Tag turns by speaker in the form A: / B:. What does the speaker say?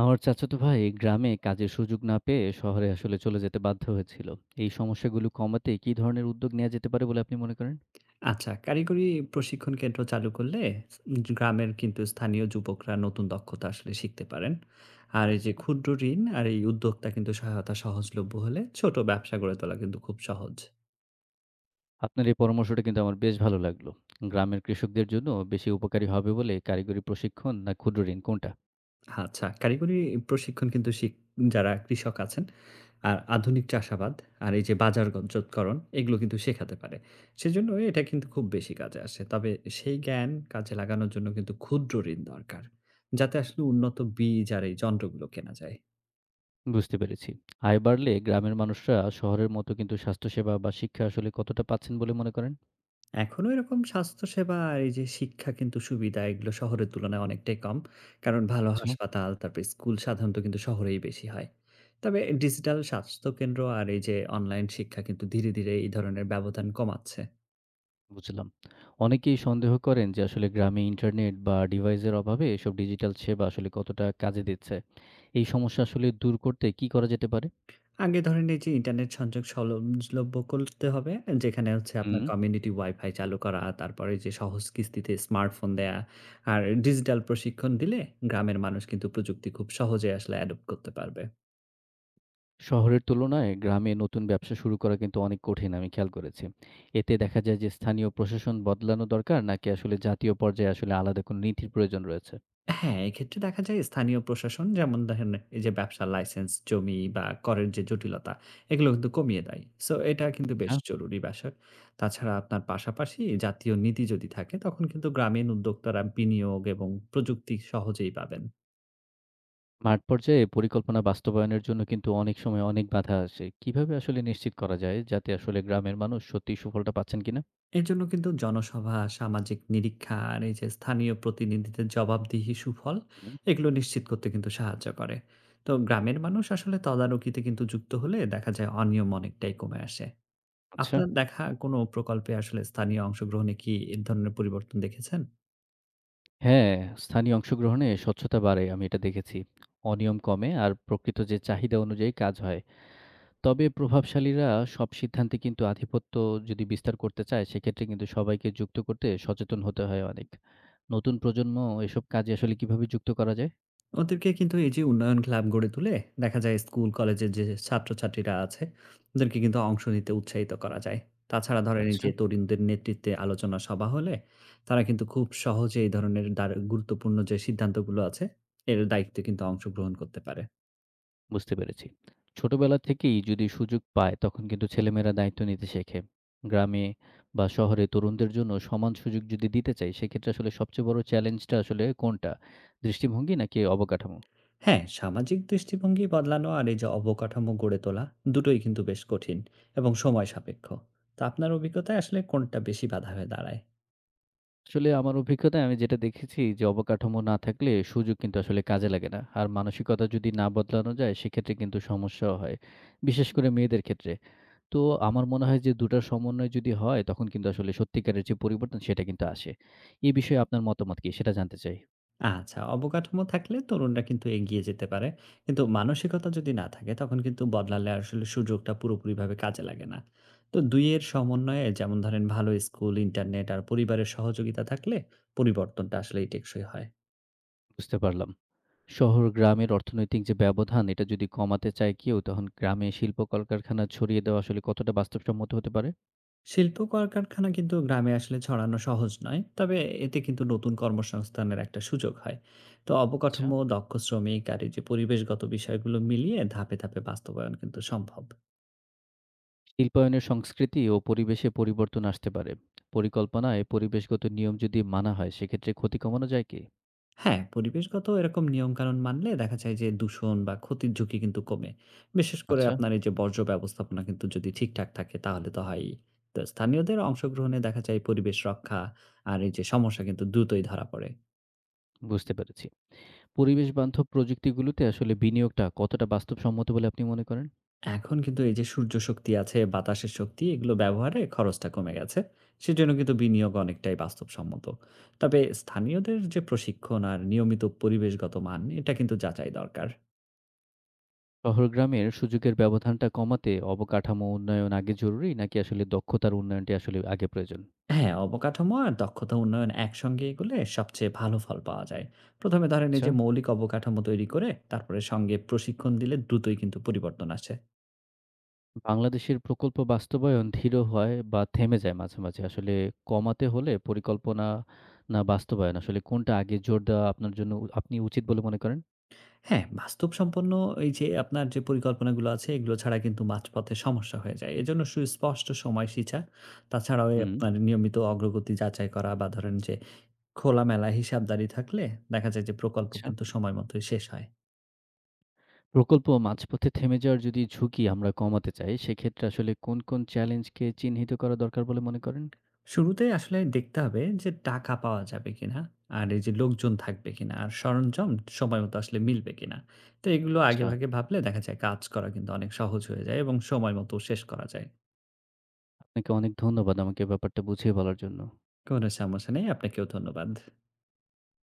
A: আমার চাচাতো ভাই গ্রামে কাজের সুযোগ না পেয়ে শহরে আসলে চলে যেতে বাধ্য হয়েছিল। এই সমস্যাগুলো কমাতে কি ধরনের উদ্যোগ নেওয়া যেতে পারে বলে আপনি মনে করেন?
B: আচ্ছা, কারিগরি প্রশিক্ষণ কেন্দ্র চালু করলে স গ্রামের কিন্তু স্থানীয় যুবকরা নতুন দক্ষতা আসলে শিখতে পারেন। আর এই যে ক্ষুদ্র ঋণ আর এই উদ্যোক্তা কিন্তু সহায়তা সহজলভ্য হলে ছোট ব্যবসা গড়ে তোলা কিন্তু খুব সহজ।
A: আপনার এই পরামর্শটা কিন্তু আমার বেশ ভালো লাগলো। গ্রামের কৃষকদের জন্য বেশি উপকারী হবে বলে কারিগরি প্রশিক্ষণ না ক্ষুদ্র ঋণ কোনটা?
B: আচ্ছা, কারিগরি প্রশিক্ষণ কিন্তু যারা কৃষক আছেন, আর আধুনিক চাষাবাদ আর এই যে বাজারগতকরণ, এগুলো কিন্তু শেখাতে পারে। সেজন্য এটা কিন্তু খুব বেশি কাজে আসে। তবে সেই জ্ঞান কাজে লাগানোর জন্য কিন্তু ক্ষুদ্র ঋণ দরকার, যাতে আসলে উন্নত বীজ আর এই যন্ত্রগুলো কেনা যায়।
A: বুঝতে পেরেছি। আয় বাড়লে গ্রামের মানুষরা শহরের মতো কিন্তু স্বাস্থ্যসেবা বা শিক্ষা আসলে কতটা পাচ্ছেন বলে মনে করেন?
B: এখনো এরকম স্বাস্থ্যসেবা আর এই যে শিক্ষা কিন্তু সুবিধা, এগুলো শহরের তুলনায় অনেকটাই কম। কারণ ভালো
A: আচ্ছা।
B: হাসপাতাল, তারপরে স্কুল সাধারণত কিন্তু শহরেই বেশি হয়। তবে ডিজিটাল স্বাস্থ্যকেন্দ্র আর এই যে অনলাইন শিক্ষা কিন্তু ধীরে, ধীরে এই ধরনের ব্যবধান কমাচ্ছে।
A: বুঝলাম। অনেকেই সন্দেহ করেন যে আসলে গ্রামে ইন্টারনেট বা ডিভাইসের অভাবে এসব ডিজিটাল সেবা আসলে কতটা কাজে দিচ্ছে। এই সমস্যা আসলে দূর করতে কি করা যেতে পারে?
B: আগে ধরেন, এই যে ইন্টারনেট সংযোগ সহজলভ্য করতে হবে। যেখানে হচ্ছে আপনার
A: হুম।
B: কমিউনিটি ওয়াইফাই চালু করা, তারপরে যে সহজ কিস্তিতে স্মার্টফোন দেয়া আর ডিজিটাল প্রশিক্ষণ দিলে গ্রামের মানুষ কিন্তু প্রযুক্তি খুব সহজে আসলে অ্যাডপ্ট করতে পারবে।
A: শহরের তুলনায় গ্রামে নতুন ব্যবসা শুরু করা কিন্তু অনেক কঠিন আমি খেয়াল করেছি। এতে দেখা যায় যে স্থানীয় প্রশাসন বদলানো দরকার নাকি আসলে জাতীয় পর্যায়ে আসলে আলাদা কোনো নীতির প্রয়োজন রয়েছে?
B: হ্যাঁ, এক্ষেত্রে দেখা যায় স্থানীয় প্রশাসন, যেমন দেখেন এই যে ব্যবসার লাইসেন্স, জমি বা করের যে জটিলতা, এগুলো কিন্তু কমিয়ে দেয়। সো এটা কিন্তু
A: আচ্ছা।
B: বেশ জরুরি বিষয়। তাছাড়া আপনার পাশাপাশি জাতীয় নীতি যদি থাকে, তখন কিন্তু গ্রামীণ উদ্যোক্তারা বিনিয়োগ এবং প্রযুক্তি সহজেই পাবেন।
A: মাঠ পর্যায়ে পরিকল্পনা বাস্তবায়নের জন্য কিন্তু অনেক সময় অনেক বাধা আসে। কিভাবে আসলে নিশ্চিত করা যায় যাতে আসলে গ্রামের মানুষ সত্যিই সুফলটা পাচ্ছেন কিনা?
B: এর জন্য কিন্তু জনসভা, সামাজিক নিরীক্ষা আর এই যে স্থানীয় প্রতিনিধিদের জবাবদিহি, সুফল,
A: হুম,
B: এগুলো নিশ্চিত করতে কিন্তু সাহায্য করে। তো গ্রামের মানুষ আসলে তদারকিতে কিন্তু যুক্ত হলে দেখা যায় অনিয়ম অনেকটাই কমে আসে।
A: আচ্ছা।
B: আপনার দেখা কোনো প্রকল্পে আসলে স্থানীয় অংশগ্রহণে কি এ ধরনের পরিবর্তন দেখেছেন?
A: হ্যাঁ, স্থানীয় অংশগ্রহণে স্বচ্ছতা বাড়ে আমি এটা দেখেছি। অনিয়ম কমে আর প্রকৃত যে চাহিদা অনুযায়ী কাজ হয়। তবে প্রভাবশালীরা সব সিদ্ধান্তে কিন্তু আধিপত্য যদি বিস্তার করতে চায় সেক্ষেত্রে কিন্তু সবাইকে যুক্ত করতে সচেতন হতে হয় অনেক। নতুন প্রজন্ম এসব কাজে আসলে কিভাবে যুক্ত করা যায়?
B: ওদেরকে কিন্তু এই যে উন্নয়ন ক্লাব গড়ে তুলে, দেখা যায় স্কুল কলেজের যে ছাত্রছাত্রীরা আছে, ওদেরকে কিন্তু অংশ নিতে উৎসাহিত করা যায়। তাছাড়া ধরেন, এই
A: আচ্ছা।
B: যে তরুণদের নেতৃত্বে আলোচনা সভা হলে তারা কিন্তু খুব সহজে এই ধরনের গুরুত্বপূর্ণ যে সিদ্ধান্তগুলো আছে, এর দায়িত্বে কিন্তু অংশগ্রহণ করতে পারে।
A: বুঝতে পেরেছি। ছোটবেলা থেকেই যদি সুযোগ পায়, তখন কিন্তু ছেলেমেয়েরা দায়িত্ব নিতে শেখে। গ্রামে বা শহরে তরুণদের জন্য সমান সুযোগ যদি দিতে চাই, সেক্ষেত্রে আসলে সবচেয়ে বড় চ্যালেঞ্জটা আসলে কোনটা? দৃষ্টিভঙ্গি নাকি অবকাঠামো?
B: হ্যাঁ, সামাজিক দৃষ্টিভঙ্গি বদলানো আর এই যে অবকাঠামো গড়ে তোলা, দুটোই কিন্তু বেশ কঠিন এবং সময় সাপেক্ষ। তো আপনার অভিজ্ঞতায় আসলে কোনটা বেশি বাধা হয়ে দাঁড়ায়?
A: আসলে আমার অভিজ্ঞতায় আমি যেটা দেখেছি যে, অবকাঠামো না থাকলে সুযোগ কিন্তু আসলে কাজে লাগে না। আর মানসিকতা যদি না বদলানো যায়, সেক্ষেত্রে কিন্তু সমস্যাও হয়। বিশেষ করে মেয়েদের ক্ষেত্রে। তো আমার মনে হয় যে ২ টার সমন্বয় যদি হয়, তখন কিন্তু আসলে সত্যিকারের যে পরিবর্তন সেটা কিন্তু আসে। এ বিষয়ে আপনার মতামত কি? সেটা জানতে চাই।
B: আচ্ছা, অবকাঠামো থাকলে তরুণরা কিন্তু এগিয়ে যেতে পারে। কিন্তু মানসিকতা যদি না থাকে, তখন কিন্তু বদলালে আসলে সুযোগটা পুরোপুরিভাবে কাজে লাগে না। তো ২ এর সমন্বয়ে, যেমন ধরেন ভালো স্কুল, ইন্টারনেট আর পরিবারের সহযোগিতা থাকলে পরিবর্তনটা আসলেই টেকসই হয়।
A: বুঝতে পারলাম। শহর গ্রামের অর্থনৈতিক যে ব্যবধান এটা যদি কমাতে চায় কেউ, তখন গ্রামে শিল্প কলকারখানা ছড়িয়ে দেওয়া আসলে কতটা বাস্তবসম্মত হতে পারে?
B: শিল্প কলকারখানা কিন্তু গ্রামে আসলে ছড়ানো সহজ নয়। তবে এতে কিন্তু নতুন কর্মসংস্থানের একটা সুযোগ হয়। তো
A: আচ্ছা।
B: অবকাঠামো, দক্ষ শ্রমিক আর এই যে পরিবেশগত বিষয়গুলো মিলিয়ে ধাপে, ধাপে বাস্তবায়ন কিন্তু সম্ভব।
A: শিল্পায়নের সংস্কৃতি ও পরিবেশে পরিবর্তন আসতে পারে। পরিকল্পনায় পরিবেশগত নিয়ম যদি মানা হয়, সেক্ষেত্রে ক্ষতি কমানো যায় কি?
B: হ্যাঁ, পরিবেশগত এরকম নিয়মকানুন মানলে দেখা যায় যে দূষণ বা ক্ষতির ঝুঁকি কিন্তু কমে। বিশেষ করে
A: আচ্ছা,
B: আপনার এই যে বর্জ্য ব্যবস্থাপনা কিন্তু যদি ঠিকঠাক থাকে, তাহলে তো হয়ই। তো স্থানীয়দের অংশগ্রহণে দেখা যায় পরিবেশ রক্ষা আর এই যে সমস্যা কিন্তু দ্রুতই ধরা পড়ে।
A: বুঝতে পেরেছি। পরিবেশ বান্ধব প্রযুক্তিগুলোতে আসলে বিনিয়োগটা কতটা বাস্তবসম্মত বলে আপনি মনে করেন?
B: এখন কিন্তু এই যে সূর্য শক্তি আছে, বাতাসের শক্তি, এগুলো ব্যবহারে খরচটা কমে গেছে। সেজন্য কিন্তু বিনিয়োগ অনেকটাই বাস্তবসম্মত। তবে স্থানীয়দের যে প্রশিক্ষণ আর নিয়মিত পরিবেশগত মান, এটা কিন্তু যাচাই দরকার।
A: শহর গ্রামের সুযোগের ব্যবধানটা কমাতে অবকাঠামো উন্নয়ন আগে জরুরি নাকি আসলে দক্ষতার উন্নয়নটি আসলে আগে প্রয়োজন?
B: হ্যাঁ, অবকাঠামো আর দক্ষতা উন্নয়ন একসঙ্গে এগোলে সবচেয়ে ভালো ফল পাওয়া যায়। ১ম এ ধরেন, এই
A: আচ্ছা,
B: যে মৌলিক অবকাঠামো তৈরি করে তারপরে সঙ্গে প্রশিক্ষণ দিলে দ্রুতই কিন্তু পরিবর্তন আসে।
A: বাংলাদেশের প্রকল্প বাস্তবায়ন ধীর হয় বা থেমে যায় মাঝে, মাঝে। আসলে কমাতে হলে পরিকল্পনা না বাস্তবায়ন আসলে কোনটা আগে জোর দেওয়া আপনার জন্য আপনি উচিত বলে মনে করেন?
B: হ্যাঁ, বাস্তবসম্পন্ন এই যে আপনার যে পরিকল্পনাগুলো আছে, এগুলো ছাড়া কিন্তু মাঝপথে সমস্যা হয়ে যায়। এজন্য সুস্পষ্ট সময়সূচি, তাছাড়াও এই
A: হুম,
B: আপনার নিয়মিত অগ্রগতি যাচাই করা বা ধরেন যে খোলামেলা হিসাবদারি থাকলে দেখা যায় যে প্রকল্প
A: আচ্ছা।
B: কিন্তু সময় মতোই শেষ হয়।
A: প্রকল্প মাঝপথে থেমে যাওয়ার যদি ঝুঁকি আমরা কমাতে চাই সেক্ষেত্রে আসলে কোন, কোন চ্যালেঞ্জকে চিহ্নিত করা দরকার বলে মনে করেন?
B: শুরুতেই আসলে দেখতে হবে যে টাকা পাওয়া যাবে কিনা? আর এই যে লোকজন থাকবে কিনা? আর সরঞ্জাম সময় মতো আসলে মিলবে কিনা? তো এগুলো
A: আচ্ছা,
B: আগেভাগে ভাবলে দেখা যায় কাজ করা কিন্তু অনেক সহজ হয়ে যায় এবং সময় মতো শেষ করা যায়।
A: আপনাকে অনেক ধন্যবাদ আমাকে ব্যাপারটা বুঝিয়ে বলার জন্য।
B: কোনো সমস্যা নেই। আপনাকেও ধন্যবাদ।